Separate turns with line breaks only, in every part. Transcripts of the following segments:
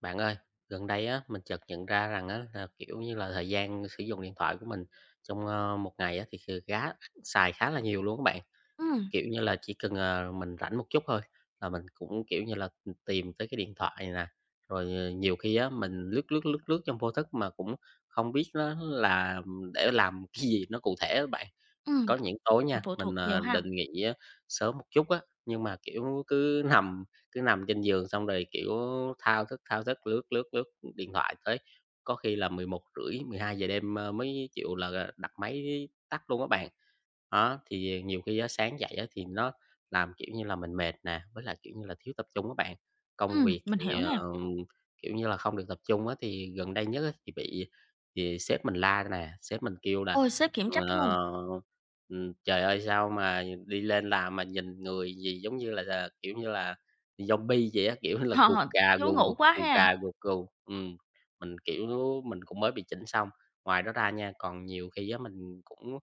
Bạn ơi, gần đây á mình chợt nhận ra rằng á là, kiểu như là, thời gian sử dụng điện thoại của mình trong, một ngày á thì xài khá là nhiều luôn các bạn.
Ừm,
Kiểu như là, chỉ cần, mình rảnh một chút thôi là mình cũng, kiểu như là, tìm tới cái điện thoại này nè, rồi, nhiều khi á mình lướt, lướt, lướt, lướt trong vô thức mà cũng không biết nó là để làm cái gì nó cụ thể á bạn.
ừm,
Có những tối nha,
phụ
mình,
thuộc nhiều ha.
định nghỉ á sớm một chút á, nhưng mà, kiểu, cứ nằm trên giường xong rồi, kiểu, thao thức, lướt, lướt, lướt điện thoại tới có khi là 11:30, giờ đêm, mới chịu là đặt máy tắt luôn các bạn. Đó, thì nhiều khi á sáng dậy á thì nó làm, kiểu như là, mình mệt nè, với lại, kiểu như là, thiếu tập trung các bạn. Công việc
Mình
thì,
hiểu nè.
kiểu như là, không được tập trung á, thì gần đây nhất á thì bị thì sếp mình la nè, sếp mình kêu là,
Ôi, sếp khiển trách
ờ
luôn,
Trời ơi, sao mà đi lên làm mà nhìn người gì giống như là, kiểu như là, zombie vậy á, kiểu như là, cục
họ
cà
thiếu
gù gù,
ngủ quá
cụt
ha.
cà gù gù. Mình, kiểu, mình cũng mới bị chỉnh xong. Ngoài đó ra nha, còn nhiều khi á mình cũng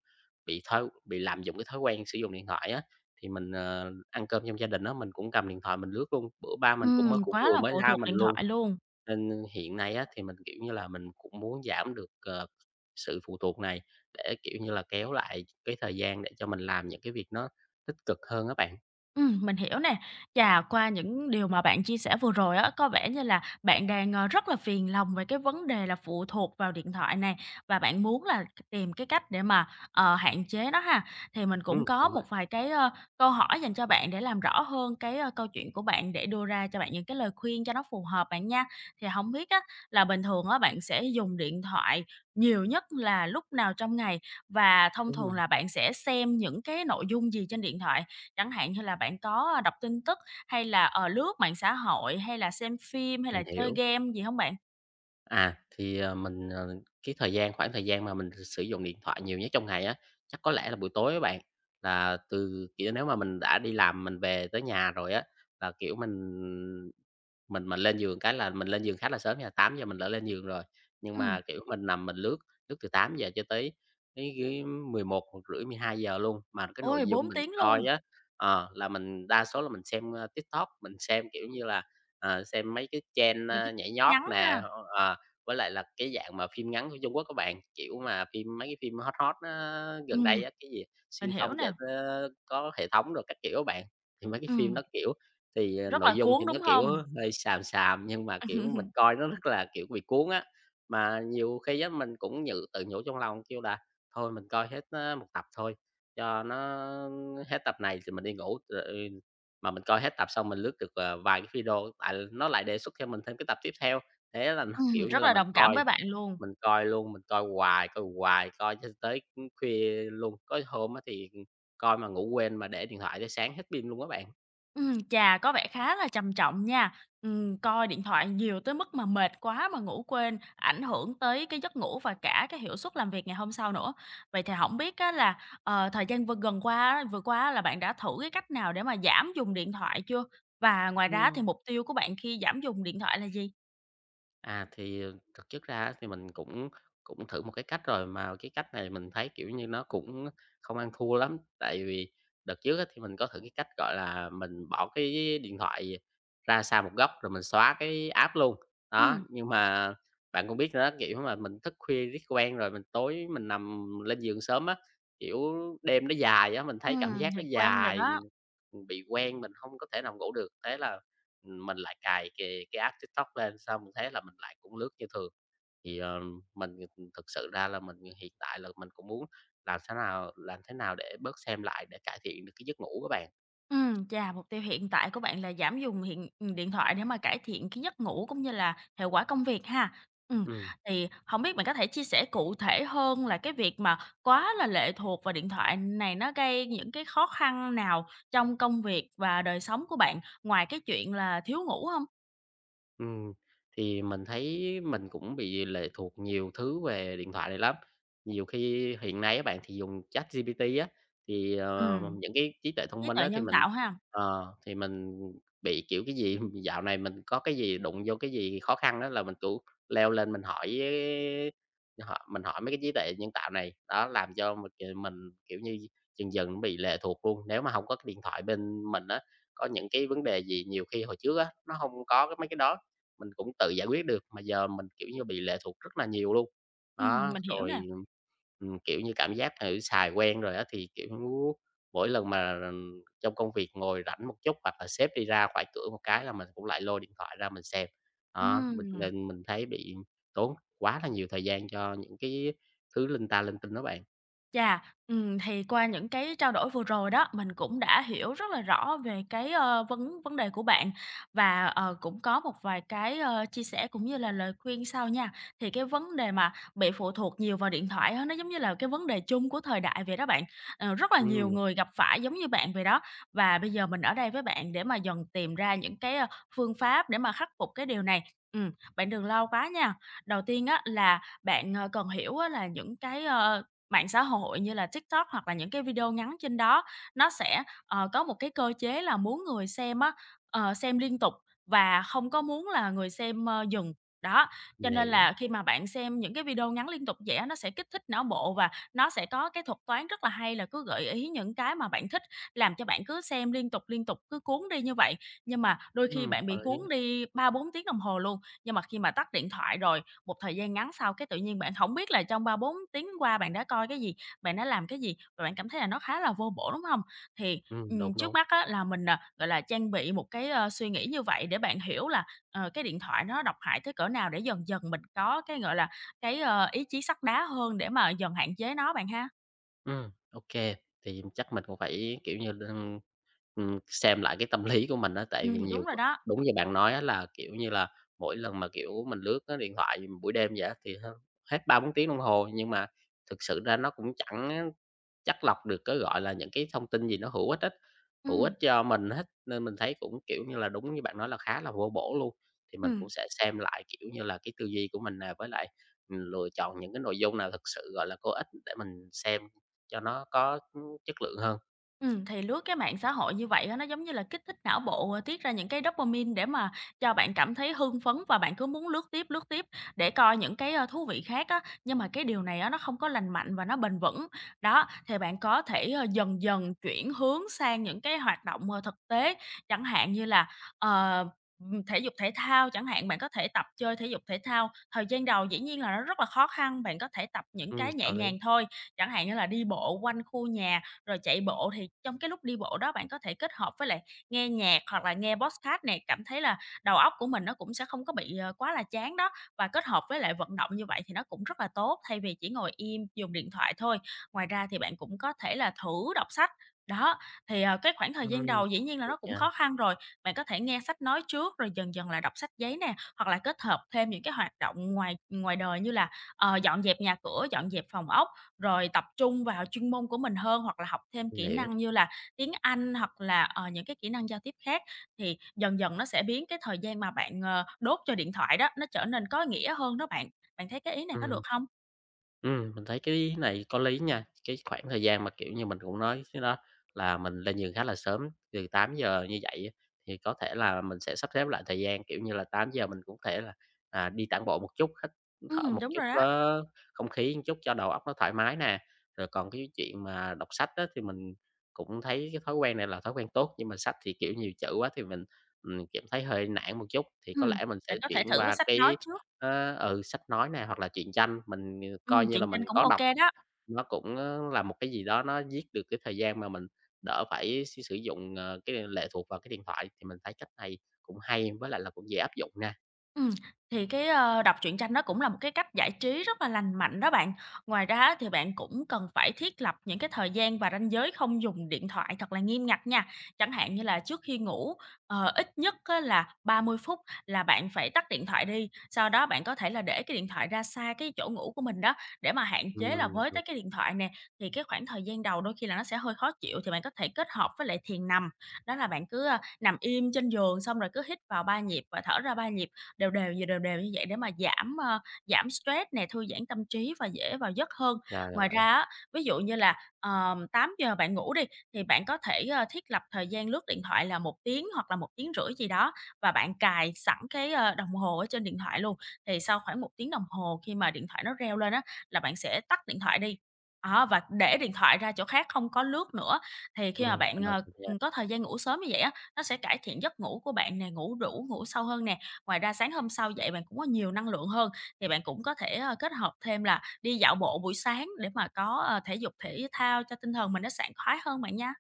bị lạm dụng cái thói quen sử dụng điện thoại á, thì mình, ăn cơm trong gia đình á, mình cũng cầm điện thoại mình lướt luôn. Bữa ba mình cũng mới cũng
Quá
vừa
là
mới
phụ
la
thuộc
mình
điện
luôn.
thoại luôn.
Nên hiện nay á, thì mình, kiểu như là, mình cũng muốn giảm được, sự phụ thuộc này để, kiểu như là, kéo lại cái thời gian để cho mình làm những cái việc nó tích cực hơn á bạn.
Mình hiểu nè. Chà, qua những điều mà bạn chia sẻ vừa rồi á, có vẻ như là bạn đang, rất là phiền lòng về cái vấn đề là phụ thuộc vào điện thoại này, và bạn muốn là tìm cái cách để mà, hạn chế nó ha. Thì mình cũng có
Đúng á,
một vài cái, câu hỏi dành cho bạn để làm rõ hơn cái, câu chuyện của bạn, để đưa ra cho bạn những cái lời khuyên cho nó phù hợp bạn nha. Thì không biết á, là bình thường á, bạn sẽ dùng điện thoại nhiều nhất là lúc nào trong ngày? Và thông thường
ừm,
là bạn sẽ xem những cái nội dung gì trên điện thoại? Chẳng hạn như là bạn có, đọc tin tức hay là, lướt mạng xã hội, hay là xem phim, hay
mình
là chơi
hiểu.
game gì hông bạn?
À, thì, mình, cái thời gian khoảng thời gian mà mình sử dụng điện thoại nhiều nhất trong ngày á, chắc có lẽ là buổi tối á bạn. Là từ, kiểu, nếu mà mình đã đi làm mình về tới nhà rồi á, là, kiểu, mình mình lên giường cái là mình lên giường khá là sớm nha, 8 giờ mình đã lên giường rồi, nhưng
Ừm,
mà, kiểu, mình nằm mình lướt, lướt từ 8 giờ cho tới tới cái 11, một rưỡi, 12 giờ luôn. Mà cái nội
ôi,
dung
bốn
mình
tiếng
coi
luôn,
á, là mình đa số là mình xem, TikTok, mình xem, kiểu như là, xem mấy cái trend,
nhiều khi
nhảy nhót
ngắn
nè,
ha.
ờ, với lại là cái dạng mà phim ngắn của Trung Quốc các bạn, kiểu mà, phim mấy cái phim hot hot á, gần
Ừm,
đây á, cái gì
mình
"Xuyên không
hiểu
chở
nè.
tới" có hệ thống rồi các kiểu các bạn. Thì mấy cái phim đó,
Ừm,
kiểu,
rất
nội
là
dung
cuốn,
thì nó,
đúng
kiểu,
hông?
hơi xàm xàm nhưng mà, kiểu, mình coi nó rất là, kiểu, bị cuốn á. Mà nhiều khi á mình cũng nhự tự nhủ trong lòng kêu là "Thôi mình coi hết, 1 tập thôi, cho nó hết tập này thì mình đi ngủ." Rồi mà mình coi hết tập xong mình lướt được, vài cái video, tại nó lại đề xuất cho mình thêm cái tập tiếp theo. Thế là nó, kiểu như
Rất
là,
là
mình
đồng cảm
coi
với bạn luôn.
mình coi luôn, mình coi hoài, coi hoài, coi cho tới, khuya luôn. Có hôm á thì, coi mà ngủ quên mà để điện thoại tới sáng hết pin luôn các bạn.
Chà, có vẻ khá là trầm trọng nha. Coi điện thoại nhiều tới mức mà mệt quá mà ngủ quên, ảnh hưởng tới cái giấc ngủ và cả cái hiệu suất làm việc ngày hôm sau nữa. Vậy thì không biết á là, thời gian vừa qua á là bạn đã thử cái cách nào để mà giảm dùng điện thoại chưa? Và ngoài ra thì
Ừm.
mục tiêu của bạn khi giảm dùng điện thoại là gì?
À, thì, thực chất ra á thì mình cũng cũng thử một cái cách rồi, mà cái cách này mình thấy, kiểu như, nó cũng không ăn thua lắm. Tại vì đợt trước á thì mình có thử cái cách, gọi là, mình bỏ cái điện thoại ra xa một góc rồi mình xóa cái app luôn. Đó,
Ừm,
nhưng mà bạn cũng biết rồi đó, kiểu mà, mình thức khuya riết quen rồi, mình tối mình nằm lên giường sớm á, kiểu, đêm nó dài á, mình thấy cảm
ừm,
giác nó
thì quen rồi
dài,
đó.
mình, bị quen, mình không có thể nào ngủ được. Thế là mình lại cài cái app TikTok lên, xong mình thấy là mình lại cũng lướt như thường. Thì, mình thực sự ra là mình hiện tại là mình cũng muốn làm thế nào để bớt xem lại để cải thiện được cái giấc ngủ á bạn.
Ừ, chà, mục tiêu hiện tại của bạn là giảm điện thoại để mà cải thiện cái giấc ngủ cũng như là hiệu quả công việc ha. Ừ,
Ừm.
thì không biết bạn có thể chia sẻ cụ thể hơn là cái việc mà quá là lệ thuộc vào điện thoại này nó gây những cái khó khăn nào trong công việc và đời sống của bạn, ngoài cái chuyện là thiếu ngủ không?
Ừm, thì mình thấy mình cũng bị lệ thuộc nhiều thứ về điện thoại này lắm. Nhiều khi hiện nay các bạn thì dùng ChatGPT á, thì,
Ừ,
những cái trí tuệ thông
trí
minh
tuệ
á thì
nhân
mình
tạo ha.
ờ, thì mình bị, kiểu, cái gì dạo này mình có cái gì đụng vô cái gì khó khăn đó là mình, kiểu, leo lên mình hỏi ờ, hỏi mình hỏi mấy cái trí tuệ nhân tạo này, đó, làm cho mình, kiểu như, dần dần nó bị lệ thuộc luôn. Nếu mà không có cái điện thoại bên mình á, có những cái vấn đề gì nhiều khi hồi trước á, nó không có cái mấy cái đó mình cũng tự giải quyết được, mà giờ mình, kiểu như, bị lệ thuộc rất là nhiều luôn.
Ừ,
Đó,
mình hiểu
rồi,
nè.
kiểu như, cảm giác thử xài quen rồi á thì, kiểu, mỗi lần mà trong công việc ngồi rảnh một chút hoặc là sếp đi ra khỏi cửa một cái là mình cũng lại lôi điện thoại ra mình xem.
Ừ.
Đó, mình nên mình thấy bị tốn quá là nhiều thời gian cho những cái thứ linh ta linh tinh đó bạn.
Chà, thì qua những cái trao đổi vừa rồi đó, mình cũng đã hiểu rất là rõ về cái, vấn vấn đề của bạn và, cũng có một vài cái, chia sẻ cũng như là lời khuyên sau nha. Thì cái vấn đề mà bị phụ thuộc nhiều vào điện thoại á, nó giống như là cái vấn đề chung của thời đại vậy đó bạn. Ờ, rất là nhiều
Ừm,
người gặp phải giống như bạn vậy đó, và bây giờ mình ở đây với bạn để mà dần tìm ra những cái, phương pháp để mà khắc phục cái điều này. Bạn đừng lo quá nha. Đầu tiên á là bạn, cần hiểu á là những cái, mạng xã hội như là TikTok hoặc là những cái video ngắn trên đó, nó sẽ, có một cái cơ chế là muốn người xem á, xem liên tục và không có muốn là người xem, dừng. Đó, cho
mình
nên
hiểu.
là khi mà bạn xem những cái video ngắn liên tục vậy á, nó sẽ kích thích não bộ và nó sẽ có cái thuật toán rất là hay là cứ gợi ý những cái mà bạn thích, làm cho bạn cứ xem liên tục, cứ cuốn đi như vậy. Nhưng mà đôi khi bạn
Có
bị
lý
cuốn
á.
đi 3 4 tiếng đồng hồ luôn, nhưng mà khi mà tắt điện thoại rồi một thời gian ngắn sau cái tự nhiên bạn hổng biết là trong 3 4 tiếng qua bạn đã coi cái gì, bạn đã làm cái gì và bạn cảm thấy là nó khá là vô bổ, đúng hông? Thì,
Đúng,
trước
đúng.
mắt á là mình, gọi là, trang bị một cái, suy nghĩ như vậy để bạn hiểu là, cái điện thoại nó độc hại tới cỡ nào để dần dần mình có cái, gọi là, ý chí sắt đá hơn để mà dần hạn chế nó bạn ha.
Ok, thì chắc mình cũng phải, kiểu như, xem lại cái tâm lý của mình đó tại vì
Đúng
nhiều
rồi đó.
đúng như bạn nói á là, kiểu như là, mỗi lần mà, kiểu, mình lướt cái điện thoại buổi đêm vậy á thì hết 3 4 tiếng đồng hồ, nhưng mà thực sự ra nó cũng chẳng chắt lọc được cái, gọi là, những cái thông tin gì nó hữu ích á, hữu ích
Ừm.
cho mình hết, nên mình thấy cũng, kiểu như là, đúng như bạn nói là khá là vô bổ luôn. Thì mình cũng
Ừm.
sẽ xem lại, kiểu như là, cái tư duy của mình nè, với lại, lựa chọn những cái nội dung nào thực sự, gọi là, có ích để mình xem cho nó có, ừ, chất lượng hơn.
Thì lướt cái mạng xã hội như vậy á, nó giống như là kích thích não bộ, tiết ra những cái dopamine để mà cho bạn cảm thấy hưng phấn và bạn cứ muốn lướt tiếp để coi những cái, thú vị khác á, nhưng mà cái điều này á, nó không có lành mạnh và nó bền vững. Đó, thì bạn có thể, dần dần chuyển hướng sang những cái hoạt động, thực tế, chẳng hạn như là, ờ, thể dục thể thao chẳng hạn, bạn có thể tập chơi thể dục thể thao. Thời gian đầu dĩ nhiên là nó rất là khó khăn, bạn có thể tập những cái nhẹ
Có lý.
nhàng thôi, chẳng hạn như là đi bộ quanh khu nhà rồi chạy bộ thì trong cái lúc đi bộ đó bạn có thể kết hợp với lại nghe nhạc hoặc là nghe podcast này cảm thấy là đầu óc của mình nó cũng sẽ không có bị, quá là chán đó. Và kết hợp với lại vận động như vậy thì nó cũng rất là tốt, thay vì chỉ ngồi im dùng điện thoại thôi. Ngoài ra thì bạn cũng có thể là thử đọc sách. Đó, thì, cái khoảng thời gian
Ừm,
đầu dĩ nhiên là
được
nó cũng
nha,
khó khăn rồi, bạn có thể nghe sách nói trước rồi dần dần là đọc sách giấy nè, hoặc là kết hợp thêm những cái hoạt động ngoài ngoài đời như là, dọn dẹp nhà cửa, dọn dẹp phòng ốc rồi tập trung vào chuyên môn của mình hơn hoặc là học thêm
mình
kỹ
hiểu.
năng như là tiếng Anh hoặc là, những cái kỹ năng giao tiếp khác, thì dần dần nó sẽ biến cái thời gian mà bạn, đốt cho điện thoại đó, nó trở nên có nghĩa hơn đó bạn. Bạn thấy cái ý này có được
Ừm.
không?
Mình thấy cái này có lý nha. Cái khoảng thời gian mà, kiểu như, mình cũng nói cái đó là mình lên giường khá là sớm, từ 8 giờ như vậy á, thì có thể là mình sẽ sắp xếp lại thời gian, kiểu như là, 8 giờ mình cũng có thể là, à, đi tản bộ một chút, hít thở một
Đúng
chút
rồi đó.
có không khí một chút cho đầu óc nó thoải mái nè. Rồi còn cái chuyện mà đọc sách đó thì mình cũng thấy cái thói quen này là thói quen tốt, nhưng mà sách thì, kiểu, nhiều chữ quá thì mình, cảm thấy hơi nản một chút, thì có
Ừm,
lẽ mình sẽ
bạn có thể
chuyển
thử với
qua
sách
cái
nói trước.
Sách nói nè, hoặc là truyện tranh, mình, coi như là
Truyện
mình
tranh cũng
có
ok
đọc,
đó.
nó cũng, là một cái gì đó nó giết được cái thời gian mà mình đỡ phải sử sử dụng, cái lệ thuộc vào cái điện thoại, thì mình thấy cách này cũng hay với lại là cũng dễ áp dụng nha.
Ừm, thì cái, đọc truyện tranh nó cũng là một cái cách giải trí rất là lành mạnh đó bạn. Ngoài ra thì bạn cũng cần phải thiết lập những cái thời gian và ranh giới không dùng điện thoại thật là nghiêm ngặt nha. Chẳng hạn như là trước khi ngủ, ít nhất á là 30 phút là bạn phải tắt điện thoại đi, sau đó bạn có thể là để cái điện thoại ra xa cái chỗ ngủ của mình đó, để mà hạn chế là với
Đúng
tới cái điện thoại nè. Thì cái khoảng thời gian đầu đôi khi là nó sẽ hơi khó chịu thì bạn có thể kết hợp với lại thiền nằm, đó là bạn cứ, nằm im trên giường xong rồi cứ hít vào 3 nhịp và thở ra 3 nhịp đều đều và đều đều như vậy để mà giảm stress nè, thư giãn tâm trí và dễ vào giấc hơn.
ra là
Ngoài
vậy.
ra á, ví dụ như là, 8 giờ bạn ngủ đi, thì bạn có thể, thiết lập thời gian lướt điện thoại là 1 tiếng hoặc là 1 tiếng rưỡi gì đó và bạn cài sẵn cái, đồng hồ ở trên điện thoại luôn. Thì sau khoảng 1 tiếng đồng hồ khi mà điện thoại nó reo lên á, là bạn sẽ tắt điện thoại đi, đó, và để điện thoại ra chỗ khác không có lướt nữa. Thì khi mà
Mình
bạn,
đồng tình nha.
có thời gian ngủ sớm như vậy á, nó sẽ cải thiện giấc ngủ của bạn nè, ngủ đủ, ngủ sâu hơn nè. Ngoài ra sáng hôm sau dậy bạn cũng có nhiều năng lượng hơn, thì bạn cũng có thể, kết hợp thêm là đi dạo bộ buổi sáng để mà có, thể dục thể thao cho tinh thần mình nó sảng khoái hơn bạn nha.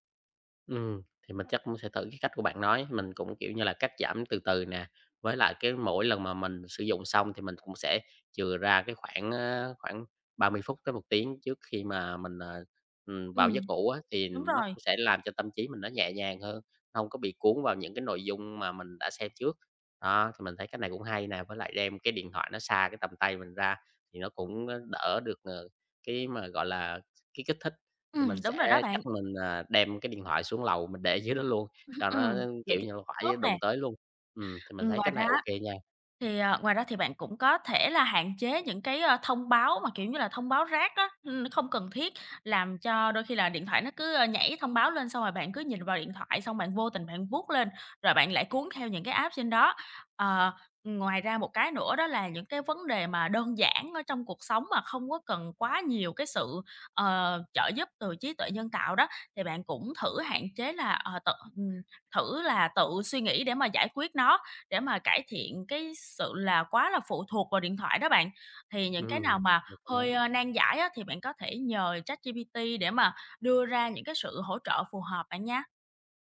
Ừm, thì mình chắc cũng sẽ thử cái cách của bạn nói, mình cũng, kiểu như là, cắt giảm từ từ nè, với lại cái mỗi lần mà mình sử dụng xong thì mình cũng sẽ chừa ra cái khoảng, khoảng 30 phút tới một tiếng trước khi mà mình, vào
Ừm,
giấc ngủ á, thì
đúng
nó
rồi,
cũng sẽ làm cho tâm trí mình nó nhẹ nhàng hơn, nó không có bị cuốn vào những cái nội dung mà mình đã xem trước. Đó, thì mình thấy cách này cũng hay nè, với lại đem cái điện thoại nó xa cái tầm tay mình ra thì nó cũng, đỡ được, cái mà, gọi là, cái kích thích thì mình
đúng rồi đó
sẽ
bạn.
chắc mình, đem cái điện thoại xuống lầu mình để dưới đó luôn, cho nó,
Vậy
kiểu
thì
như là,
quá tốt
khỏi đụng
nè.
tới luôn. Thì mình thấy
Ngoài
cách này
ra.
ok nha.
Thì, ngoài ra thì bạn cũng có thể là hạn chế những cái, thông báo mà, kiểu như là, thông báo rác á, nó không cần thiết, làm cho đôi khi là điện thoại nó cứ, nhảy thông báo lên, xong rồi bạn cứ nhìn vào điện thoại, xong bạn vô tình bạn vuốt lên, rồi bạn lại cuốn theo những cái app trên đó. Ờ, ngoài ra một cái nữa đó là những cái vấn đề mà đơn giản ở trong cuộc sống mà không có cần quá nhiều cái sự, trợ giúp từ trí tuệ nhân tạo đó, thì bạn cũng thử hạn chế là, ờ, tự ừm, thử là tự suy nghĩ để mà giải quyết nó. Để mà cải thiện cái sự là quá là phụ thuộc vào điện thoại đó bạn. Thì những cái
Ừm,
nào mà
được
hơi,
đó.
nan giải á, thì bạn có thể nhờ ChatGPT để mà đưa ra những cái sự hỗ trợ phù hợp bạn nha.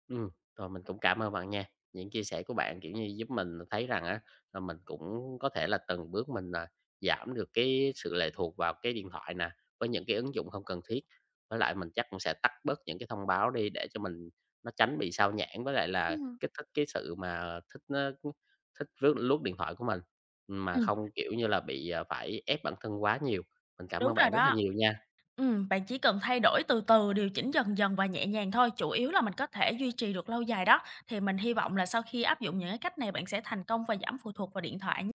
Ừm, rồi mình cũng cảm ơn bạn nha. Những chia sẻ của bạn, kiểu như, giúp mình thấy rằng á, là mình cũng có thể là từng bước mình, giảm được cái sự lệ thuộc vào cái điện thoại nè, với những cái ứng dụng không cần thiết. Với lại mình chắc cũng sẽ tắt bớt những cái thông báo đi để cho mình nó tránh bị sao nhãng, với lại
Ừ.
là kích thích cái sự mà thích lướt điện thoại của mình, mà
Ừm,
không, kiểu như là, bị, phải ép bản thân quá nhiều. Mình cảm
đúng
ơn
rồi
bạn rất là
đó.
nhiều nha.
Bạn chỉ cần thay đổi từ từ, điều chỉnh dần dần và nhẹ nhàng thôi, chủ yếu là mình có thể duy trì được lâu dài đó. Thì mình hy vọng là sau khi áp dụng những cái cách này bạn sẽ thành công và giảm phụ thuộc vào điện thoại nha.